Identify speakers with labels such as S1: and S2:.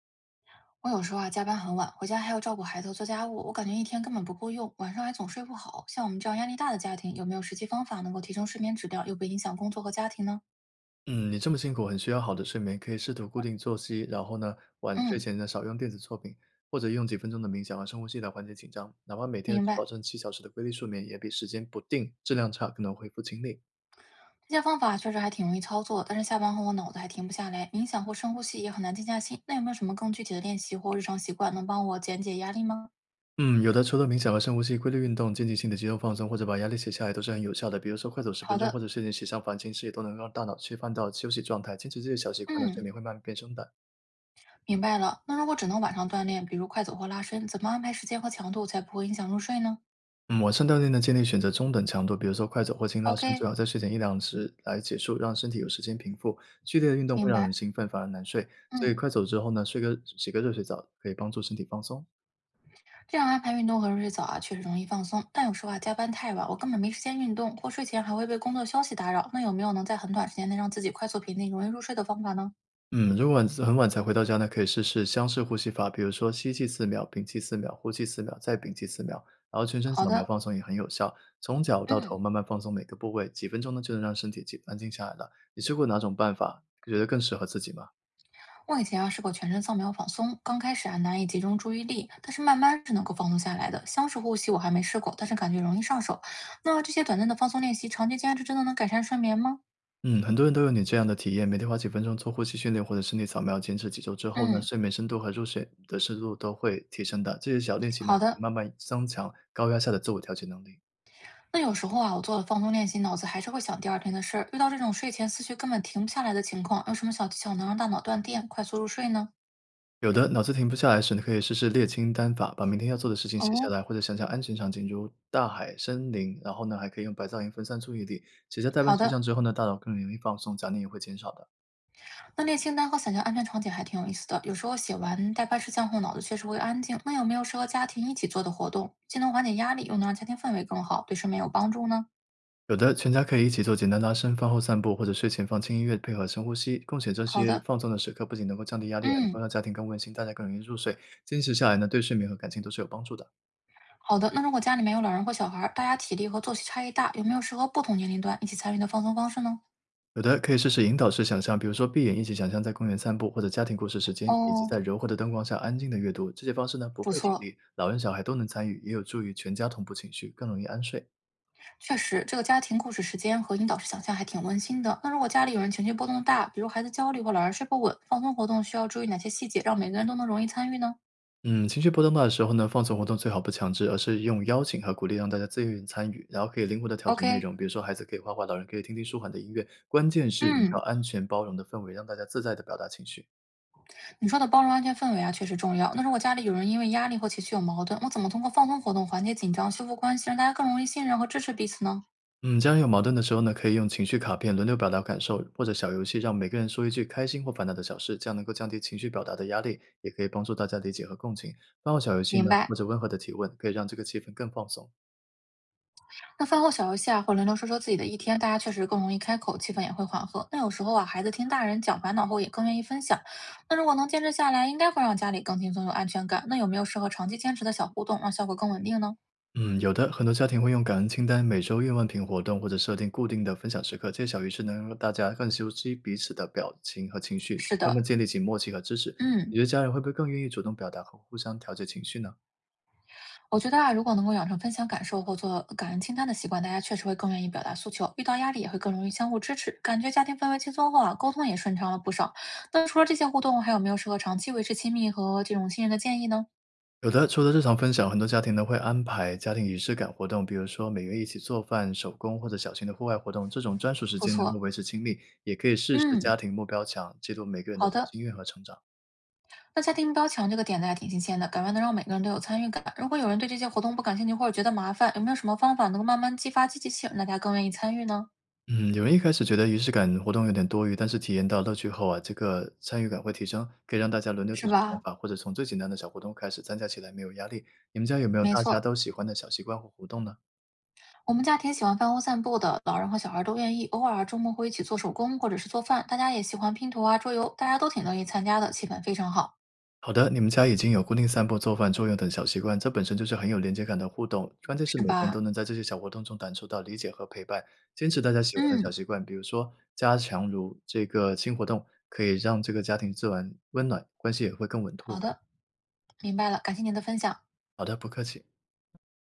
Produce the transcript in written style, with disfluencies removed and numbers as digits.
S1: 我有时候啊，加班很晚，回家还要照顾孩子、做家务，我感觉一天根本不够用，晚上还总睡不好。像我们这样压力大的家庭，有没有实际方法能够提升睡眠质量，又不影响工作和家庭呢？
S2: 嗯，你这么辛苦，很需要好的睡眠，可以试图固定作息，然后呢，晚睡
S1: 嗯，
S2: 前呢少用电子作品，或者用几分钟的冥想和深呼吸来缓解紧张。哪怕每天
S1: 明
S2: 只保
S1: 白。
S2: 证7小时的规律睡眠，也比时间不定、质量差更能恢复精力。
S1: 这些方法确实还挺容易操作，但是下班后我脑子还停不下来，冥想或深呼吸也很难静下心。那有没有什么更具体的练习或日常习惯能帮我减解压力吗？
S2: 嗯，有的除了冥想和深呼吸、规律运动、间歇性的肌肉放松，或者把压力写下来，都是很有效的。比如说快走十分
S1: 好
S2: 钟，或
S1: 的，
S2: 者睡前写上烦心事，也都能让大脑切换到休息状态。坚持这些小习惯呢，睡
S1: 嗯，
S2: 眠会慢慢变深的。
S1: 明白了。那如果只能晚上锻炼，比如快走或拉伸，怎么安排时间和强度才不会影响入睡呢
S2: 嗯，晚上锻炼呢，建议选择中等强度，比如说快走或轻拉伸，最
S1: ？OK，
S2: 好在睡前一两时来结束，让身体有时间平复。剧烈的运动会
S1: 明
S2: 让人
S1: 白。
S2: 兴奋，反而难睡，所以
S1: 嗯。
S2: 快走之后呢，睡个洗个热水澡可以帮助身体放松。
S1: 这样安排运动和入睡早啊，确实容易放松。但有时候啊，加班太晚，我根本没时间运动，或睡前还会被工作消息打扰。那有没有能在很短时间内让自己快速平静、容易入睡的方法呢？
S2: 嗯，如果晚很晚才回到家呢，可以试试箱式呼吸法，比如说吸气四秒，屏气四秒，呼气四秒，再屏气四秒，然后全身
S1: 好
S2: 扫描
S1: 的，
S2: 放松也很有效，从脚到头
S1: 嗯，
S2: 慢慢放松每个部位，几分钟呢就能让身体静安静下来了。你试过哪种办法？觉得更适合自己吗？
S1: 我以前啊试过全身扫描放松，刚开始啊难以集中注意力，但是慢慢是能够放松下来的。相似呼吸我还没试过，但是感觉容易上手。那这些短暂的放松练习，长期坚持真的能改善睡眠吗？
S2: 嗯，很多人都有你这样的体验，每天花几分钟做呼吸训练或者身体扫描，坚持几周之后呢，
S1: 嗯，
S2: 睡眠深度和入睡的深度都会提升的。这些小练习呢，
S1: 好
S2: 可以
S1: 的，
S2: 慢慢增强高压下的自我调节能力。
S1: 那有时候啊，我做了放松练习，脑子还是会想第二天的事儿。遇到这种睡前思绪根本停不下来的情况，有什么小技巧能让大脑断电，快速入睡呢？
S2: 有的脑子停不下来时，你可以试试列清单法，把明天要做的事情写下
S1: 哦，
S2: 来，或者想想安全场景，如大海、森林，然后呢，还可以用白噪音分散注意力。写下待办
S1: 好
S2: 事项
S1: 的，
S2: 之后呢，大脑更容易放松，杂念也会减少的。
S1: 那列清单和想象安全场景还挺有意思的。有时候写完待办事项后，脑子确实会安静。那有没有适合家庭一起做的活动，既能缓解压力，又能让家庭氛围更好，对睡眠有帮助呢？
S2: 有的，全家可以一起做简单拉伸，饭后散步或者睡前放轻音乐，配合深呼吸，共享这
S1: 好
S2: 些
S1: 的，
S2: 放松的时刻，不仅能够降低压力，还能够
S1: 嗯，
S2: 让家庭更温馨，大家更容易入睡。坚持下来呢，对睡眠和感情都是有帮助的。
S1: 好的。那如果家里面有老人或小孩儿，大家体力和作息差异大，有没有适合不同年龄段一起参与的放松方式呢？
S2: 有的可以试试引导式想象，比如说闭眼一起想象在公园散步，或者家庭故事时间，以及
S1: 哦，
S2: 在柔和的灯光下安静的阅读。这些方式呢，不
S1: 不
S2: 费体
S1: 错。
S2: 力，老人小孩都能参与，也有助于全家同步情绪，更容易安睡。
S1: 确实，这个家庭故事时间和引导式想象还挺温馨的。那如果家里有人情绪波动大，比如孩子焦虑或老人睡不稳，放松活动需要注意哪些细节，让每个人都能容易参与呢
S2: 嗯，情绪波动大的时候呢，放松活动最好不强制，而是用邀请和鼓励让大家自愿参与，然后可以灵活的调整内
S1: ？OK，
S2: 容，比如说孩子可以画画，老人可以听听舒缓的音乐，关键是营造
S1: 嗯，
S2: 安全包容的氛围，让大家自在的表达情绪。
S1: 你说的包容安全氛围啊，确实重要。那如果家里有人因为压力或情绪有矛盾，我怎么通过放松活动缓解紧张、修复关系，让大家更容易信任和支持彼此呢？
S2: 嗯，家人有矛盾的时候呢，可以用情绪卡片轮流表达感受，或者小游戏让每个人说一句开心或烦恼的小事，这样能够降低情绪表达的压力，也可以帮助大家理解和共情。包括小游戏
S1: 明
S2: 呢，或
S1: 白。
S2: 者温和的提问，可以让这个气氛更放松。
S1: 那饭后小游戏啊，或轮流说说自己的一天，大家确实更容易开口，气氛也会缓和。那有时候啊，孩子听大人讲烦恼后，也更愿意分享。那如果能坚持下来，应该会让家里更轻松、有安全感。那有没有适合长期坚持的小互动，让效果更稳定呢？
S2: 嗯，有的，很多家庭会用感恩清单、每周愿望瓶活动，或者设定固定的分享时刻。这些小仪式能让大家更熟悉彼此的表情和情绪，
S1: 是
S2: 慢慢
S1: 的，
S2: 建立起默契和支持。你
S1: 嗯，
S2: 觉得家人会不会更愿意主动表达和互相调节情绪呢？
S1: 我觉得啊，如果能够养成分享感受或做感恩清单的习惯，大家确实会更愿意表达诉求，遇到压力也会更容易相互支持，感觉家庭氛围轻松后啊，沟通也顺畅了不少。那除了这些互动，还有没有适合长期维持亲密和这种信任的建议呢？
S2: 有的，除了日常分享，很多家庭呢会安排家庭仪式感活动，比如说每月一起做饭、手工或者小型的户外活动。这种专属时
S1: 不
S2: 间能够
S1: 错，
S2: 维持亲密，也可以试试
S1: 嗯，
S2: 家庭目标墙，记录每个人的
S1: 好
S2: 小
S1: 的。
S2: 心愿和成长。
S1: 那家庭目标墙这个点子还挺新鲜的，感觉能让每个人都有参与感。如果有人对这些活动不感兴趣或者觉得麻烦，有没有什么方法能够慢慢激发积极性，让大家更愿意参与呢？
S2: 嗯，有人一开始觉得仪式感活动有点多余，但是体验到乐趣后啊，这个参与感会提升，可以让大家轮流提
S1: 是
S2: 出想
S1: 吧？
S2: 法，或者从最简单的小活动开始，参加起来没有压力。你们家有没有
S1: 没
S2: 大家
S1: 错，
S2: 都喜欢的小习惯或活动呢？
S1: 我们家挺喜欢饭后散步的，老人和小孩都愿意。偶尔周末会一起做手工或者是做饭，大家也喜欢拼图啊、桌游，大家都挺乐意参加的，气氛非常好，
S2: 好的，你们家已经有固定散步、做饭、作用等小习惯，这本身就是很有连接感的互动。关键是
S1: 是
S2: 每个人都
S1: 吧？
S2: 能在这些小活动中感受到理解和陪伴，坚持大家喜欢的小
S1: 嗯，
S2: 习惯，比如说加强如这个新活动，可以让这个家庭自然温暖，关系也会更稳固
S1: 好
S2: 的。
S1: 的，明白了，感谢您的分享。
S2: 好的，不客气。